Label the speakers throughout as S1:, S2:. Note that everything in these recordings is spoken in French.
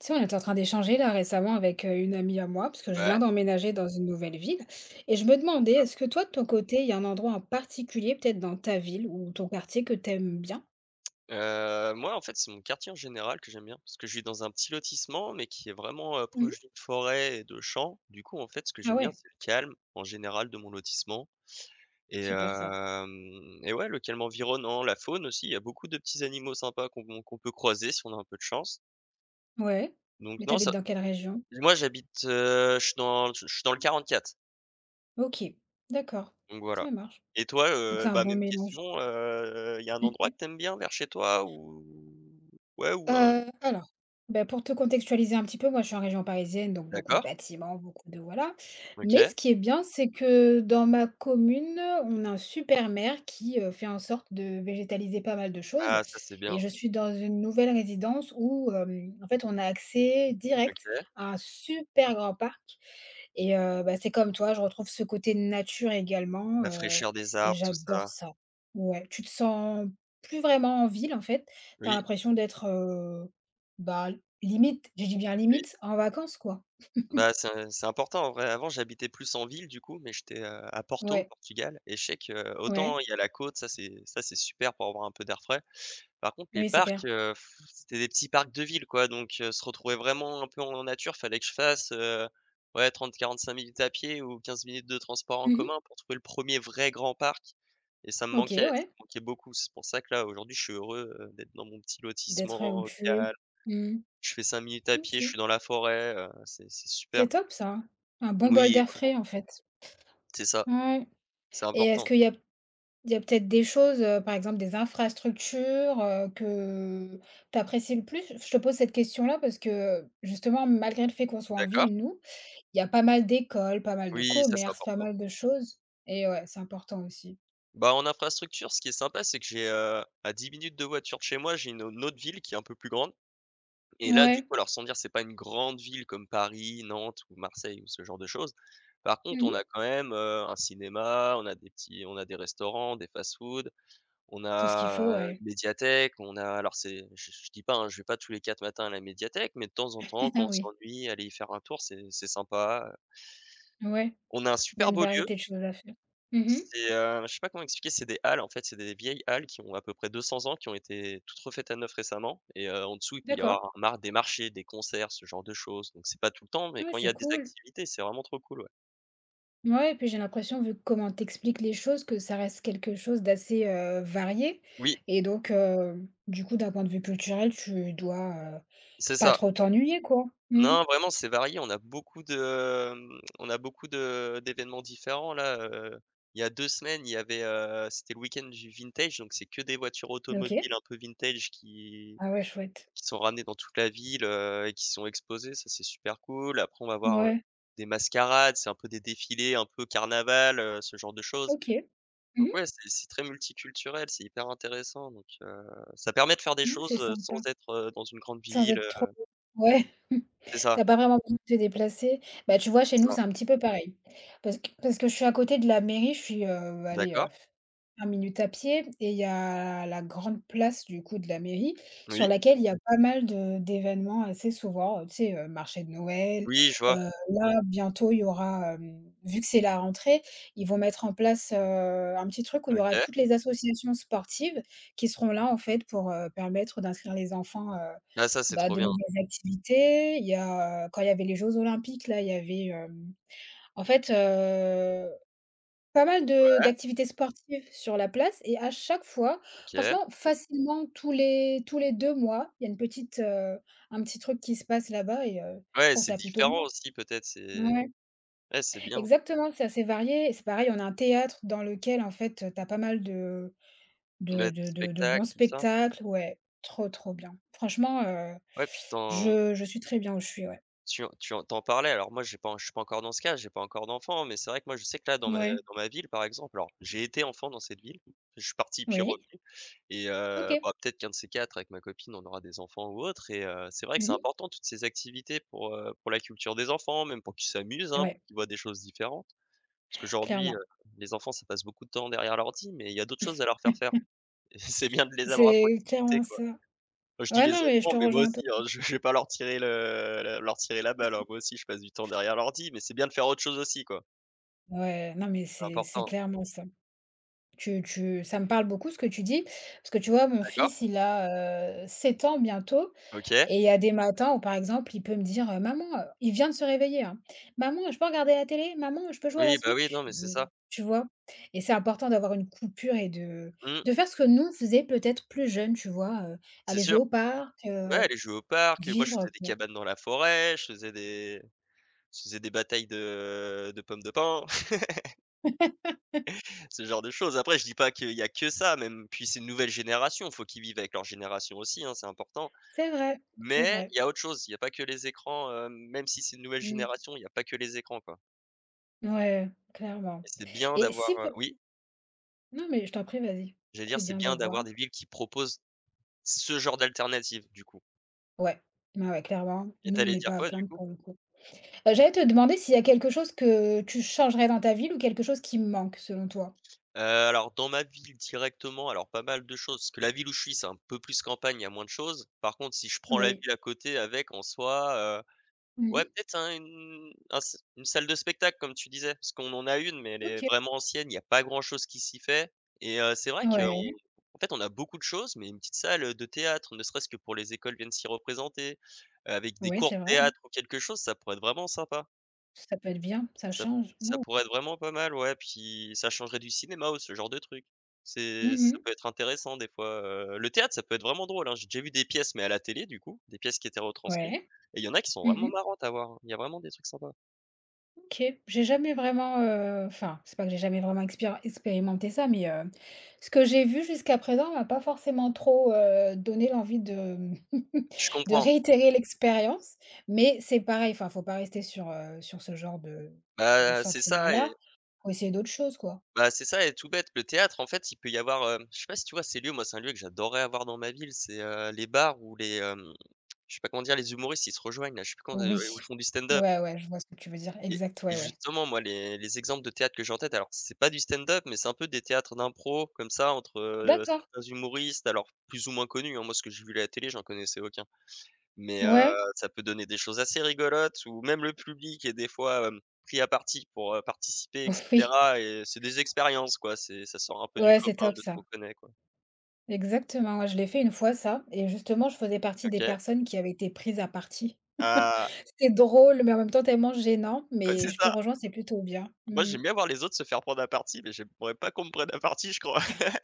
S1: Tu sais, on était en train d'échanger là récemment avec une amie à moi, parce que je viens
S2: Ouais,
S1: d'emménager dans une nouvelle ville, et je me demandais, est-ce que toi, de ton côté, il y a un endroit en particulier, peut-être dans ta ville ou ton quartier, que t'aimes bien?
S2: moi, en fait, c'est mon quartier en général que j'aime bien parce que je vis dans un petit lotissement, mais qui est vraiment,
S1: Mhm.
S2: proche d'une forêt et de champs. Du coup, en fait, ce que
S1: Ah
S2: j'aime bien,
S1: ouais,
S2: c'est le calme en général de mon lotissement et
S1: super ça.
S2: hem et ouais, le calme environnant, la faune aussi. Il y a beaucoup de petits animaux sympas qu'on peut croiser si on a un peu de chance.
S1: Ouais,
S2: Donc
S1: mais
S2: non,
S1: t'habites
S2: ça
S1: dans quelle région?
S2: moi, j'habite, je suis dans le 44,
S1: Ok, d'accord,
S2: donc voilà
S1: ça marche.
S2: et toi,
S1: Donc c'est un
S2: bah,
S1: bon
S2: même
S1: mélange.
S2: question, il y a un endroit que t'aimes bien vers chez toi ou ouais, ou un
S1: Alors, bah, pour te contextualiser un petit peu, moi, je suis en région parisienne, donc beaucoup de
S2: d'accord,
S1: bâtiments, beaucoup de, voilà. Mais
S2: OK.
S1: ce qui est bien, c'est que dans ma commune, on a un super maire qui, fait en sorte de végétaliser pas mal de choses,
S2: Ah ça, c'est
S1: et
S2: bien.
S1: je suis dans une nouvelle résidence où, hem, en fait, on a accès direct
S2: OK.
S1: à un super grand parc, et bah, c'est comme toi, je retrouve ce côté nature également,
S2: La
S1: heu
S2: fraîcheur des
S1: et
S2: arbres, tout
S1: j'adore
S2: ça.
S1: ça. Ouais, tu te sens plus vraiment en ville, en fait. Tu as
S2: Oui,
S1: l'impression d'être, bah, limite, je dis bien
S2: oui.
S1: limite, en vacances, quoi.
S2: Bah, c'est important en vrai. Avant, j'habitais plus en ville du coup, mais j'étais, à Porto, au
S1: Ouais,
S2: Portugal et je sais que, autant
S1: ouais,
S2: il y a la côte, ça c'est super pour avoir un peu d'air frais. Par contre, les
S1: oui, c'est
S2: parcs,
S1: clair.
S2: c'était des petits parcs de ville, quoi, donc se retrouver vraiment un peu en nature, fallait que je fasse, ouais, 30-45 minutes à pied ou 15 minutes de transport en
S1: Mmh.
S2: commun pour trouver le premier vrai grand parc et
S1: OK,
S2: ça
S1: ouais,
S2: me manquait beaucoup. C'est pour ça que là, aujourd'hui, je suis heureux, d'être dans mon petit lotissement
S1: d'être où
S2: au
S1: tu
S2: calme.
S1: es. Mmh.
S2: Je fais 5 minutes à pied,
S1: OK.
S2: je suis dans la forêt, c'est super.
S1: C'est top ça. Un bon bol
S2: Oui,
S1: d'air frais,
S2: vraiment,
S1: en fait.
S2: c'est ça,
S1: Ouais,
S2: c'est
S1: et est-ce
S2: important.
S1: qu'il y a Il y a peut-être des choses, par exemple des infrastructures, que tu apprécies le plus? Je te pose cette question-là parce que, justement, malgré le fait qu'on soit en
S2: D'accord.
S1: ville, nous, il y a pas mal d'écoles, pas mal de
S2: Oui, ça, c'est
S1: commerces, pas
S2: important.
S1: mal de choses, et ouais, c'est important aussi.
S2: Bah, en infrastructure, ce qui est sympa, c'est que j'ai, à 10 minutes de voiture de chez moi, j'ai une autre ville qui est un peu plus grande et là, du
S1: Ouais.
S2: coup, alors sans dire, c'est pas une grande ville comme Paris, Nantes ou Marseille ou ce genre de choses. Par contre, on a
S1: Mmh.
S2: quand même, un cinéma, on a des restaurants, des fast-food, on
S1: Tout ce qu'il faut,
S2: a,
S1: ouais.
S2: une médiathèque, on a alors c'est je dis pas, hein, je vais pas tous les 4 matins à la médiathèque, mais de temps en temps, quand
S1: Ah
S2: on
S1: oui.
S2: s'ennuie, aller y faire un tour, c'est sympa,
S1: Ouais,
S2: on a un
S1: il y a
S2: super
S1: une
S2: beau lieu.
S1: variété de choses à faire. Mmh.
S2: C'est, je sais pas comment expliquer, c'est des halles, en fait, c'est des vieilles halles qui ont à peu près 200 ans, qui ont été toutes refaites à neuf récemment et en dessous, il peut y
S1: D'accord.
S2: avoir un mar des marchés, des concerts, ce genre de choses. Donc c'est pas tout le temps, mais
S1: Ah ouais,
S2: quand il y
S1: c'est
S2: a des
S1: cool.
S2: activités, c'est vraiment trop cool, ouais.
S1: Ouais, et puis j'ai l'impression, vu comment tu les choses, que ça reste quelque chose d'assez, varié,
S2: Oui,
S1: et donc du coup, d'un point de vue culturel, tu dois,
S2: c'est
S1: pas
S2: ça.
S1: trop t'ennuyer, quoi. Mmh.
S2: Non, vraiment, c'est varié. On a beaucoup de d'événements différents là, il y a 2 semaines, il y avait, c'était le week-end du vintage, donc c'est que des voitures
S1: OK.
S2: automobiles un peu vintage qui
S1: Ah ouais, chouette.
S2: Qui sont ramenés dans toute la ville, et qui sont exposés, ça c'est super cool. Après on va voir,
S1: Ouais.
S2: des mascarades, c'est un peu des défilés, un peu carnaval, ce genre de choses.
S1: OK.
S2: Donc
S1: Mmh.
S2: ouais, c'est très multiculturel, c'est hyper intéressant donc ça permet de faire des
S1: Ouais,
S2: choses,
S1: c'est
S2: sans
S1: sympa.
S2: être, dans une grande
S1: Sans
S2: ville,
S1: être trop, ouais.
S2: c'est
S1: Tu
S2: ça,
S1: as pas vraiment besoin de te déplacer. Bah, tu vois,
S2: c'est
S1: chez nous,
S2: ça.
S1: c'est un petit peu pareil. Parce que je suis à côté de la mairie, je suis, allez,
S2: D'accord.
S1: 1 minute à pied, et il y a la grande place, du coup, de la mairie, sur
S2: Oui.
S1: laquelle il y a pas mal de d'événements assez souvent, tu sais, marché de Noël,
S2: Oui, je vois.
S1: là, bientôt, il y aura, hem, vu que c'est la rentrée, ils vont mettre en place, un petit truc où il y aura
S2: OK.
S1: toutes les associations sportives qui seront là, en fait, pour, permettre d'inscrire les enfants,
S2: Ah ça c'est
S1: bah,
S2: trop
S1: de
S2: bien.
S1: nouvelles activités. Il y a, quand il y avait les Jeux olympiques là, il y avait, hem, en fait, pas mal de
S2: Ouais.
S1: d'activités sportives sur la place, et à chaque fois,
S2: OK.
S1: franchement, facilement tous les 2 mois, il y a un petit truc qui se passe là-bas, et je
S2: Ouais,
S1: trouve
S2: c'est
S1: ça plutôt
S2: différent
S1: bien.
S2: aussi peut-être, c'est
S1: Ouais,
S2: ouais, c'est bien.
S1: exactement, c'est assez varié, et c'est pareil, on a un théâtre dans lequel, en fait, t'as pas mal de
S2: Ouais,
S1: de
S2: des
S1: de de de
S2: spectacles,
S1: bons
S2: tout ça.
S1: spectacles, ouais, trop, trop bien. Franchement,
S2: Ouais, puis tu
S1: je suis très bien où je suis, ouais.
S2: Tu en tu en tu parlais, alors moi j'ai pas en je suis pas encore dans ce cas, j'ai pas encore d'enfant, mais c'est vrai que moi je sais que là dans ma
S1: Ouais.
S2: dans ma ville par exemple, alors j'ai été enfant dans cette ville, je suis parti puis
S1: Oui.
S2: revenu et
S1: OK.
S2: bah, peut-être qu'un de ces 4, avec ma copine on aura des enfants ou autre et c'est vrai que
S1: Mmh
S2: c'est
S1: mh.
S2: important toutes ces activités pour la culture des enfants, même pour qu'ils s'amusent, hein, pour
S1: Ouais,
S2: qu'ils voient des choses différentes. Parce qu'aujourd'hui,
S1: clairement.
S2: les enfants ça passe beaucoup de temps derrière l'ordi, mais il y a d'autres choses à leur faire faire et c'est bien de les avoir à
S1: C'est
S2: proximité,
S1: clairement
S2: quoi.
S1: ça.
S2: Je dis
S1: Ouais,
S2: les
S1: non, mais je
S2: enfants,
S1: te
S2: mais moi
S1: rejoins, to
S2: aussi, hein, je vais pas leur tirer le leur tirer la balle, hein. Moi aussi, je passe du temps derrière l'ordi, mais c'est bien de faire autre chose aussi, quoi.
S1: ouais, non, mais
S2: C'est
S1: c'est
S2: important.
S1: clairement ça. Tu tu ça me parle beaucoup, ce que tu dis, parce que tu vois, mon
S2: D'accord,
S1: fils, il a, 7 ans bientôt,
S2: OK.
S1: et il y a des matins où, par exemple, il peut me dire, heu, Maman », il vient de se réveiller, hein : « Maman, je peux regarder la télé? Maman, je peux jouer à la
S2: Oui, bah, oui, non,
S1: Switch ? »
S2: mais c'est
S1: Mmh,
S2: ça.
S1: tu vois? Et c'est important d'avoir une coupure, et de
S2: Mmh,
S1: de faire ce que nous, on faisait peut-être plus jeunes, tu vois?
S2: c'est
S1: Aller jouer
S2: sûr.
S1: au parc,
S2: Ouais, aller jouer au parc, moi, je
S1: vivre,
S2: faisais des
S1: quoi.
S2: cabanes dans la forêt, je faisais des batailles de pommes de pin, ce genre de choses. Après, je dis pas qu'il y a que ça, même, puis c'est une nouvelle génération, faut qu'ils vivent avec leur génération aussi, hein, c'est important.
S1: C'est vrai, c'est
S2: Mais
S1: vrai.
S2: il y a autre chose, il y a pas que les écrans, même si c'est une nouvelle
S1: Mmh.
S2: génération, il y a pas que les écrans, quoi.
S1: Ouais, clairement,
S2: Et c'est bien
S1: et
S2: d'avoir,
S1: si peu,
S2: oui?
S1: non, mais je t'en prie, vas-y.
S2: J'allais dire,
S1: C'est
S2: c'est
S1: bien
S2: bien
S1: d'avoir.
S2: d'avoir des villes qui proposent ce genre d'alternative, du coup.
S1: Ouais, ouais, ouais, clairement.
S2: Et
S1: Nous,
S2: tu
S1: on
S2: allais
S1: n'est
S2: dire
S1: pas à
S2: quoi, du
S1: plaindre
S2: coup?
S1: pour le coup. J'allais te demander s'il y a quelque chose que tu changerais dans ta ville, ou quelque chose qui manque selon toi?
S2: Alors dans ma ville directement, alors pas mal de choses, parce que la ville où je suis, c'est un peu plus campagne, il y a moins de choses. Par contre, si je prends la
S1: Oui.
S2: ville à côté avec, en soi, ouais,
S1: Mmh.
S2: peut-être un une un s une salle de spectacle comme tu disais, parce qu'on en a une, mais elle est
S1: OK.
S2: vraiment ancienne, il y a pas grand chose qui s'y fait et c'est vrai qu'on
S1: Ouais,
S2: en fait, on a beaucoup de choses, mais une petite salle, de théâtre, ne serait-ce que pour les écoles viennent s'y représenter, avec des
S1: ouais,
S2: cours
S1: c'est
S2: de
S1: vrai, hein.
S2: théâtre ou quelque chose, ça pourrait être vraiment sympa.
S1: Ça peut être bien, ça
S2: Ça
S1: change. Ouais.
S2: ça pourrait être vraiment pas mal, ouais, puis ça changerait du cinéma ou ce genre de truc. C'est ça
S1: Mmh.
S2: peut être intéressant des fois, le théâtre, ça peut être vraiment drôle, hein. J'ai déjà vu des pièces, mais à la télé du coup, des pièces qui étaient retranscrites
S1: Ouais.
S2: et il y en a qui sont vraiment
S1: Mmh.
S2: marrantes à voir, hein. Il y a vraiment des trucs sympas.
S1: OK. J'ai jamais vraiment, enfin, c'est pas que j'ai jamais vraiment expir expérimenté ça, mais, ce que j'ai vu jusqu'à présent m'a pas forcément trop, donné l'envie de,
S2: Je
S1: de
S2: comprends.
S1: réitérer l'expérience. Mais c'est pareil, enfin, faut pas rester sur ce genre de
S2: Bah, c'est ça et
S1: sentiment-là. Faut essayer d'autres choses, quoi.
S2: bah, c'est ça et tout bête, le théâtre en fait, il peut y avoir, je sais pas si tu vois ces lieux, moi c'est un lieu que j'adorerais avoir dans ma ville, c'est, les bars où les, je sais pas comment dire, les humoristes, ils se rejoignent là, je sais plus quand où
S1: Oui.
S2: ils font du stand-up.
S1: Ouais, ouais, je vois ce que tu veux dire.
S2: Et
S1: Exact,
S2: et
S1: ouais, ouais.
S2: justement, moi, les exemples de théâtre que j'ai en tête, alors c'est pas du stand-up, mais c'est un peu des théâtres d'impro comme ça entre,
S1: D'accord.
S2: certains humoristes, alors plus ou moins connus, hein. Moi, ce que j'ai vu à la télé, j'en connaissais aucun, mais
S1: Ouais.
S2: ça peut donner des choses assez rigolotes où même le public est des fois, pris à partie pour, participer et
S1: Oui.
S2: cetera et c'est des expériences, quoi. C'est ça sort un peu du
S1: Ouais, c'est
S2: commun
S1: top
S2: de ce
S1: ça.
S2: qu'on connaît, quoi.
S1: Exactement, ouais, je l'ai fait une fois ça, et justement, je faisais partie des
S2: OK.
S1: personnes qui avaient été prises à partie.
S2: Ah,
S1: C'est drôle, mais en même temps tellement gênant,
S2: ouais,
S1: mais
S2: c'est
S1: je te
S2: ça.
S1: rejoins, c'est plutôt bien.
S2: Moi,
S1: Mmh.
S2: j'aime bien voir les autres se faire prendre à partie, mais j'aimerais pas qu'on me prenne à partie, je crois.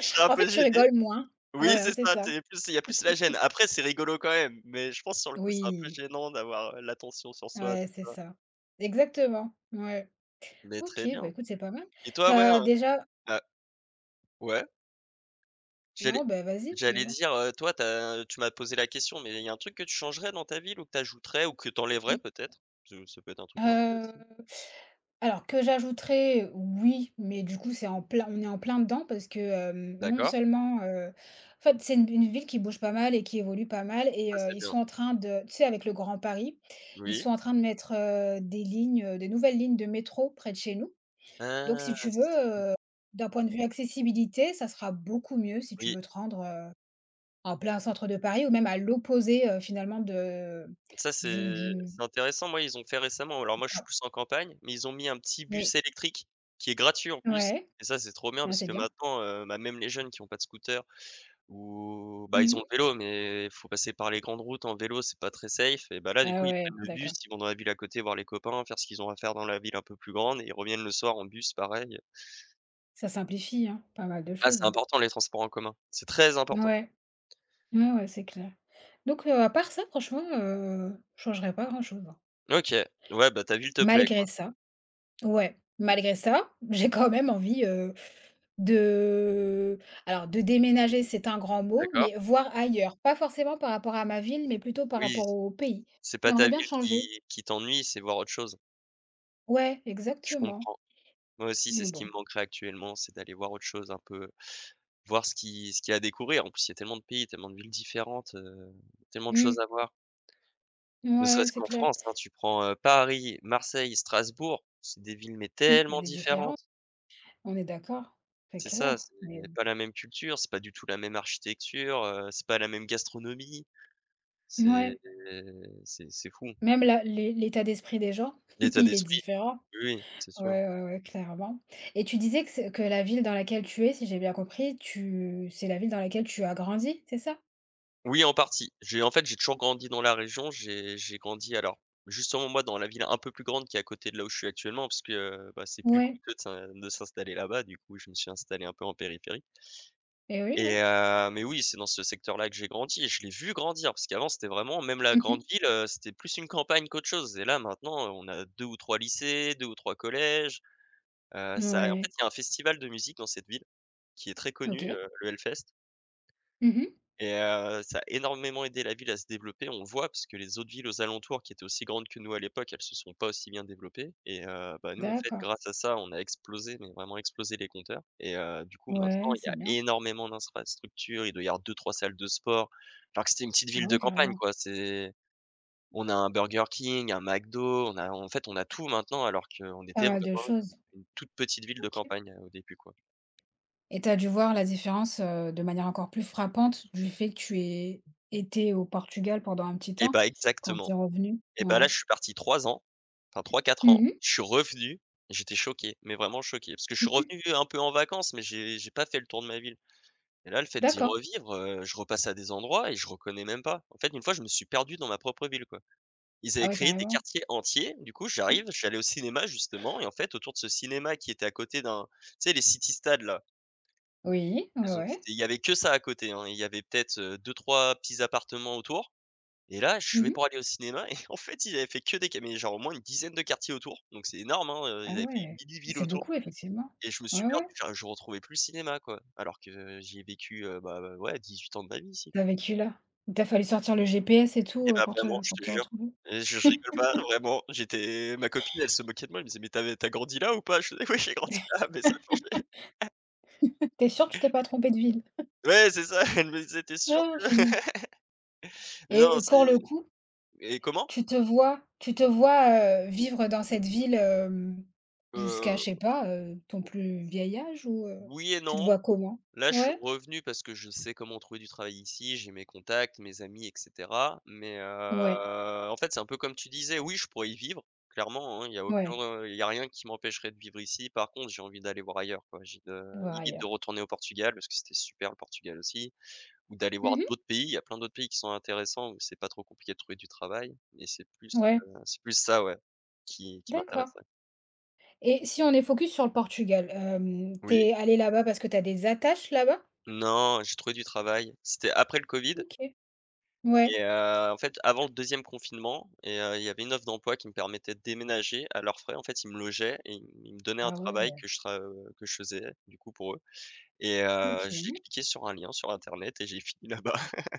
S2: Je serais un
S1: En
S2: peu
S1: fait, tu
S2: gêné.
S1: rigoles moins.
S2: Oui,
S1: Voilà,
S2: c'est
S1: c'est
S2: ça,
S1: ça.
S2: tu plus il y a plus la gêne. Après, c'est rigolo quand même, mais je pense sur le coup, c'est un peu
S1: Oui,
S2: gênant d'avoir, l'attention sur soi, tout
S1: ouais, c'est
S2: ça.
S1: ça. Exactement, ouais.
S2: Mais
S1: OK,
S2: très
S1: bah,
S2: bien.
S1: écoute, c'est pas mal.
S2: Et
S1: Tu
S2: toi, ouais,
S1: as
S2: hein?
S1: déjà
S2: Bah, ouais, j'allais
S1: non, bah, vas-y,
S2: j'allais
S1: dis-moi?
S2: dire, toi, tu m'as posé la question, mais il y a un truc que tu changerais dans ta ville ou que tu ajouterais ou que tu enlèverais
S1: Mmh,
S2: peut-être? Ce ça peut être un truc à enlever
S1: heu
S2: aussi.
S1: Alors que j'ajouterais, oui, mais du coup, c'est en plein on est en plein dedans, parce que, hem, non
S2: D'accord,
S1: seulement, en fait, c'est une ville qui bouge pas mal et qui évolue pas mal, et
S2: ça c'est
S1: ils
S2: bien.
S1: sont en train de, tu sais, avec le Grand Paris, ils
S2: Oui.
S1: sont en train de mettre, des lignes, des nouvelles lignes de métro près de chez nous. Donc
S2: Ah,
S1: si tu
S2: ça
S1: veux,
S2: c'est
S1: d'un point de vue accessibilité, ça sera beaucoup mieux si tu
S2: oui.
S1: veux te rendre, en plein centre de Paris, ou même à l'opposé, finalement de
S2: Ça,
S1: du
S2: c'est
S1: du
S2: c'est intéressant. Moi, ils ont fait récemment alors moi, je suis
S1: enfin,
S2: plus en campagne, mais ils ont mis un petit
S1: oui,
S2: bus électrique qui est gratuit en plus
S1: ouais,
S2: et ça, c'est trop bien
S1: ah,
S2: parce
S1: c'est
S2: que
S1: bien.
S2: maintenant, bah, même les jeunes qui ont pas de scooter ou bah, ils ont
S1: Mmh.
S2: le vélo, mais il faut passer par les grandes routes en vélo, c'est pas très safe et bah, là, du coup,
S1: Ah
S2: ils
S1: ouais,
S2: prennent le bus,
S1: d'accord.
S2: ils vont dans la ville à côté voir les copains, faire ce qu'ils ont à faire dans la ville un peu plus grande et ils reviennent le soir en bus, pareil.
S1: Ça simplifie, hein, pas mal de
S2: Ah, c'est
S1: choses, hein.
S2: important les transports en commun, c'est très important.
S1: Ouais, ouais, ouais, c'est clair. Donc, à part ça, franchement, je changerais pas grand-chose, hein.
S2: OK, ouais, bah, ta ville te plaît,
S1: Malgré
S2: quoi.
S1: ça, ouais, malgré ça, j'ai quand même envie, de, alors, de déménager, c'est un grand mot,
S2: D'accord.
S1: mais voir ailleurs. Pas forcément par rapport à ma ville, mais plutôt par
S2: Oui,
S1: rapport au pays.
S2: c'est pas ta
S1: J'aimerais bien
S2: ville qui
S1: changer.
S2: qui t'ennuie, c'est voir autre chose.
S1: Ouais,
S2: Je
S1: exactement,
S2: comprends. Moi aussi, c'est
S1: mais
S2: ce qui me
S1: bon.
S2: manquerait actuellement, c'est d'aller voir autre chose un peu, voir ce qu'il y a à découvrir. En plus, il y a tellement de pays, tellement de villes différentes, tellement de
S1: Mmh,
S2: choses à voir. Ne
S1: ouais,
S2: serait-ce
S1: c'est
S2: qu'en
S1: clair.
S2: France, hein, tu prends, Paris, Marseille, Strasbourg, c'est des villes, mais
S1: Il y a
S2: tellement
S1: des différences,
S2: différentes.
S1: on est d'accord, c'est
S2: C'est ça,
S1: clair,
S2: c'est
S1: mais
S2: pas la même culture, c'est pas du tout la même architecture, c'est pas la même gastronomie.
S1: bon,
S2: C'est
S1: ouais.
S2: c'est fou.
S1: Même la l'é l'état d'esprit des gens,
S2: L'état
S1: il est
S2: d'esprit,
S1: différent.
S2: oui, oui, c'est sûr.
S1: Ouais, ouais, ouais, clairement, et tu disais que c'est que la ville dans laquelle tu es, si j'ai bien compris, tu c'est la ville dans laquelle tu as grandi, c'est ça?
S2: Oui, en partie. J'ai en fait, j'ai toujours grandi dans la région. J'ai grandi alors, justement, moi, dans la ville un peu plus grande qui est à côté de là où je suis actuellement, parce que, bah, c'est plus
S1: Ouais
S2: coûteux de s'installer là-bas. Du coup, je me suis installé un peu en périphérie
S1: et oui,
S2: et
S1: ouais.
S2: mais oui, c'est dans ce secteur-là que j'ai grandi et je l'ai vu grandir parce qu'avant, c'était vraiment même la
S1: Mmh.
S2: grande ville, c'était plus une campagne qu'autre chose et là, maintenant, on a 2 ou 3 lycées, 2 ou 3 collèges, ça en fait,
S1: Ouais,
S2: il y a un festival de musique dans cette ville qui est très connu,
S1: OK.
S2: le Hellfest.
S1: Mmh.
S2: Ça a énormément aidé la ville à se développer. On le voit parce que les autres villes aux alentours qui étaient aussi grandes que nous à l'époque, elles se sont pas aussi bien développées et bah, nous, en fait,
S1: D'accord.
S2: grâce à ça, on a explosé, mais vraiment explosé les compteurs et du coup, maintenant,
S1: Ouais,
S2: il y
S1: c'est
S2: a
S1: bien.
S2: énormément d'infrastructures. Il doit y avoir deux, trois salles de sport, alors que c'était une petite
S1: Ah
S2: ville de
S1: ouais,
S2: campagne,
S1: carrément.
S2: quoi. C'est on a un Burger King, un McDo, on a en fait, on a tout maintenant alors qu'on
S1: Pas
S2: était
S1: mal de
S2: vraiment une
S1: choses.
S2: une toute petite ville de
S1: OK,
S2: campagne, au début, quoi.
S1: et tu as dû voir la différence, de manière encore plus frappante du fait que tu aies été au Portugal pendant un petit
S2: Et
S1: temps,
S2: bah,
S1: quand tu
S2: exactement.
S1: es revenue?
S2: Et bah, là,
S1: Ouais.
S2: je suis parti 3 ans, enfin trois quatre ans.
S1: Mmh.
S2: Je suis revenu, j'étais choqué, mais vraiment choqué, parce que je suis revenu un peu en vacances, mais j'ai pas fait le tour de ma ville. Et là, le fait d'y
S1: D'accord.
S2: revivre, je repasse à des endroits et je reconnais même pas. En fait, une fois, je me suis perdu dans ma propre ville, quoi. Ils
S1: Ah
S2: avaient
S1: ouais,
S2: créé des
S1: carrément.
S2: quartiers entiers. Du coup, j'arrive, je suis allé au cinéma justement et en fait, autour de ce cinéma qui était à côté d'un tu sais les city stades là?
S1: Oui, ouais,
S2: Donc
S1: ouais.
S2: c'était il y avait que ça à côté, hein. Il y avait peut-être, 2-3 petits appartements autour et là, je
S1: Mmh
S2: vais
S1: mh.
S2: pour aller au cinéma et en fait, ils avaient fait que des ca mais genre au moins une dizaine de quartiers autour, donc c'est énorme, hein,
S1: Ah
S2: ils avaient fait une
S1: ouais,
S2: mini-ville
S1: c'est
S2: autour
S1: beaucoup effectivement.
S2: et je me suis
S1: Ouais,
S2: perdu,
S1: ouais,
S2: enfin je retrouvais plus le cinéma, quoi. Alors que j'y ai vécu, ouais, 18 ans de ma vie ici.
S1: tu as vécu là. Il t'a fallu sortir le GPS et
S2: Et
S1: tout,
S2: bah,
S1: pour
S2: vraiment,
S1: te
S2: je
S1: pour
S2: te
S1: te
S2: jure,
S1: retrouver.
S2: je rigole pas, vraiment, j'étais ma copine, elle se moquait de moi, elle me disait: «Mais tu avais grandi là ou pas?» Je faisais: «Oui, j'ai grandi là, mais ça a changé».
S1: Tu es sûre que tu t'es pas trompée de ville?
S2: Ouais, c'est ça, elle me disait: «Tu sûr
S1: Ah,
S2: que?»
S1: je
S2: Mais
S1: et
S2: non,
S1: et pour le
S2: c'est
S1: coup,
S2: et comment?
S1: tu te vois, vivre dans cette ville, jusqu'à je sais
S2: Heu,
S1: pas, ton plus vieil âge ou,
S2: oui et
S1: tu
S2: non.
S1: te vois comment?
S2: Là, je suis
S1: Ouais?
S2: revenu parce que je sais comment trouver du travail ici, j'ai mes contacts, mes amis et cetera. Mais,
S1: Ouais,
S2: en fait, c'est un peu comme tu disais, oui, je pourrais y vivre, clairement, hein,
S1: ouais,
S2: il y a rien qui m'empêcherait de vivre ici. Par contre, j'ai envie d'aller voir ailleurs, quoi. J'ai de
S1: voir
S2: Limite de
S1: ailleurs.
S2: retourner au Portugal parce que c'était super le Portugal aussi ou d'aller voir
S1: Mmh mh.
S2: d'autres pays. Il y a plein d'autres pays qui sont intéressants où c'est pas trop compliqué de trouver du travail, mais c'est plus,
S1: Ouais,
S2: heu, c'est plus ça, ouais, qui
S1: d'accord,
S2: m'intéresserait.
S1: et si on est focus sur le Portugal, tu
S2: Oui.
S1: es allée là-bas parce que tu as des attaches là-bas?
S2: Non, j'ai trouvé du travail, c'était après le covid.
S1: OK. Ouais.
S2: Et en fait, avant le deuxième confinement et il y avait une offre d'emploi qui me permettait de déménager à leurs frais. En fait, ils me logeaient et ils me donnaient un
S1: Ah ouais.
S2: travail que je faisais du coup pour eux et j'ai
S1: OK.
S2: cliqué sur un lien sur internet et j'ai fini là-bas.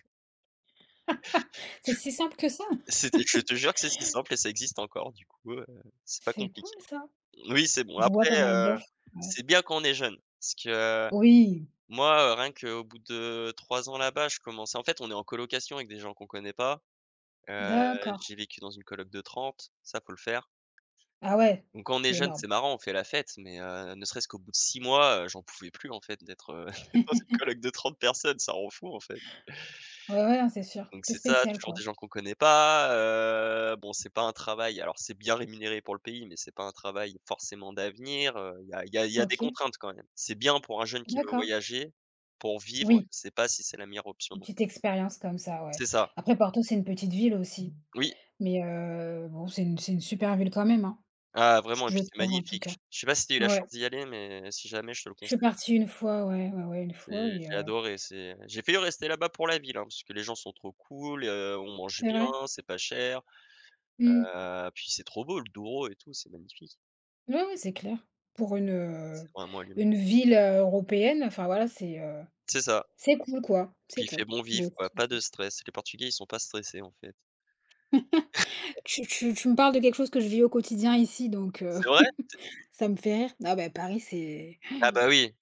S1: C'est si simple que ça?
S2: C'était Je te jure que c'est si simple et ça existe encore du coup, c'est pas
S1: C'est cool
S2: compliqué.
S1: ça.
S2: Oui, c'est bon.
S1: Je vois
S2: Après,
S1: pas mal d'offres, ouais.
S2: c'est bien quand on est jeune parce que
S1: Oui,
S2: moi, rien qu'au bout de 3 ans là-bas, je commençais en fait, on est en colocation avec des gens qu'on connaît pas. Heu,
S1: d'accord.
S2: j'ai vécu dans une coloc de 30. Ça, faut le faire.
S1: Ah ouais,
S2: Donc quand on est
S1: c'est
S2: jeune,
S1: énorme.
S2: c'est marrant, on fait la fête, mais ne serait-ce qu'au bout de 6 mois, j'en pouvais plus en fait d'être, d'être dans une coloc de 30 personnes, ça rend fou en fait.
S1: Ouais, ouais, non, c'est sûr.
S2: Donc
S1: C'est
S2: c'est ça,
S1: spécial
S2: toujours
S1: quoi.
S2: des gens qu'on connaît pas, bon c'est pas un travail alors c'est bien rémunéré pour le pays, mais c'est pas un travail forcément d'avenir, il y a il y a il y a des
S1: OK,
S2: contraintes quand même. C'est bien pour un jeune qui veut
S1: d'accord.
S2: voyager, pour vivre, je
S1: Oui,
S2: sais pas si c'est la meilleure option
S1: une
S2: non.
S1: petite expérience comme ça,
S2: C'est
S1: ouais.
S2: ça,
S1: Après, Porto, c'est une petite ville aussi,
S2: oui,
S1: mais bon, c'est une super ville quand même, hein,
S2: ah
S1: j
S2: vraiment et
S1: je
S2: puis c'est
S1: trouve en tout
S2: magnifique.
S1: cas.
S2: Je sais pas si tu as eu la
S1: Ouais.
S2: chance d'y aller, mais si jamais je te le
S1: Je suis
S2: conseille.
S1: partie une fois, ouais, ouais, ouais, une fois,
S2: C'est
S1: et
S2: J'ai adoré, c'est j'ai failli rester là-bas pour la ville, hein, parce que les gens sont trop cool, on mange
S1: c'est
S2: bien,
S1: vrai?
S2: c'est pas cher,
S1: Mmh.
S2: puis c'est trop beau le Douro et tout, c'est magnifique.
S1: Oui, oui, c'est clair. Pour une,
S2: C'est
S1: heu,
S2: vraiment allumé.
S1: une ville, européenne, enfin voilà, c'est, heu,
S2: C'est ça,
S1: c'est cool quoi, c'est
S2: puis il fait
S1: top.
S2: bon
S1: Bah,
S2: vivre
S1: écoute,
S2: quoi, pas
S1: franchement,
S2: de stress. Les Portugais, ils sont pas stressés en fait.
S1: tu me parles de quelque chose que je vis au quotidien ici, donc
S2: C'est vrai?
S1: ça me fait rire. Ah bah, Paris, c'est
S2: Ah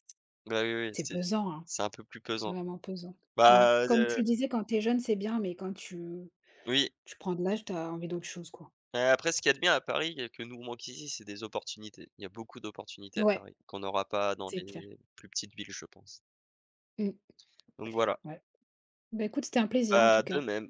S2: bah oui, oui,
S1: c'est
S2: c'est
S1: pesant, hein,
S2: c'est un peu plus
S1: c'est
S2: pesant.
S1: vraiment pesant. Ouais.
S2: Bah,
S1: Comme tu le disais, quand t'es jeune, c'est bien, mais quand tu
S2: oui,
S1: tu prends de l'âge, t'as envie d'autre chose, quoi.
S2: mais après ce qu'il y a de bien à Paris et que nous on manque ici, c'est des opportunités. Il y a beaucoup d'opportunités à
S1: Ouais,
S2: Paris qu'on n'aura pas dans
S1: c'est clair.
S2: les plus petites villes, je pense.
S1: Mmh,
S2: Donc voilà,
S1: ouais. Ben écoute, c'était un plaisir en
S2: bah,
S1: tout
S2: de
S1: cas.
S2: même.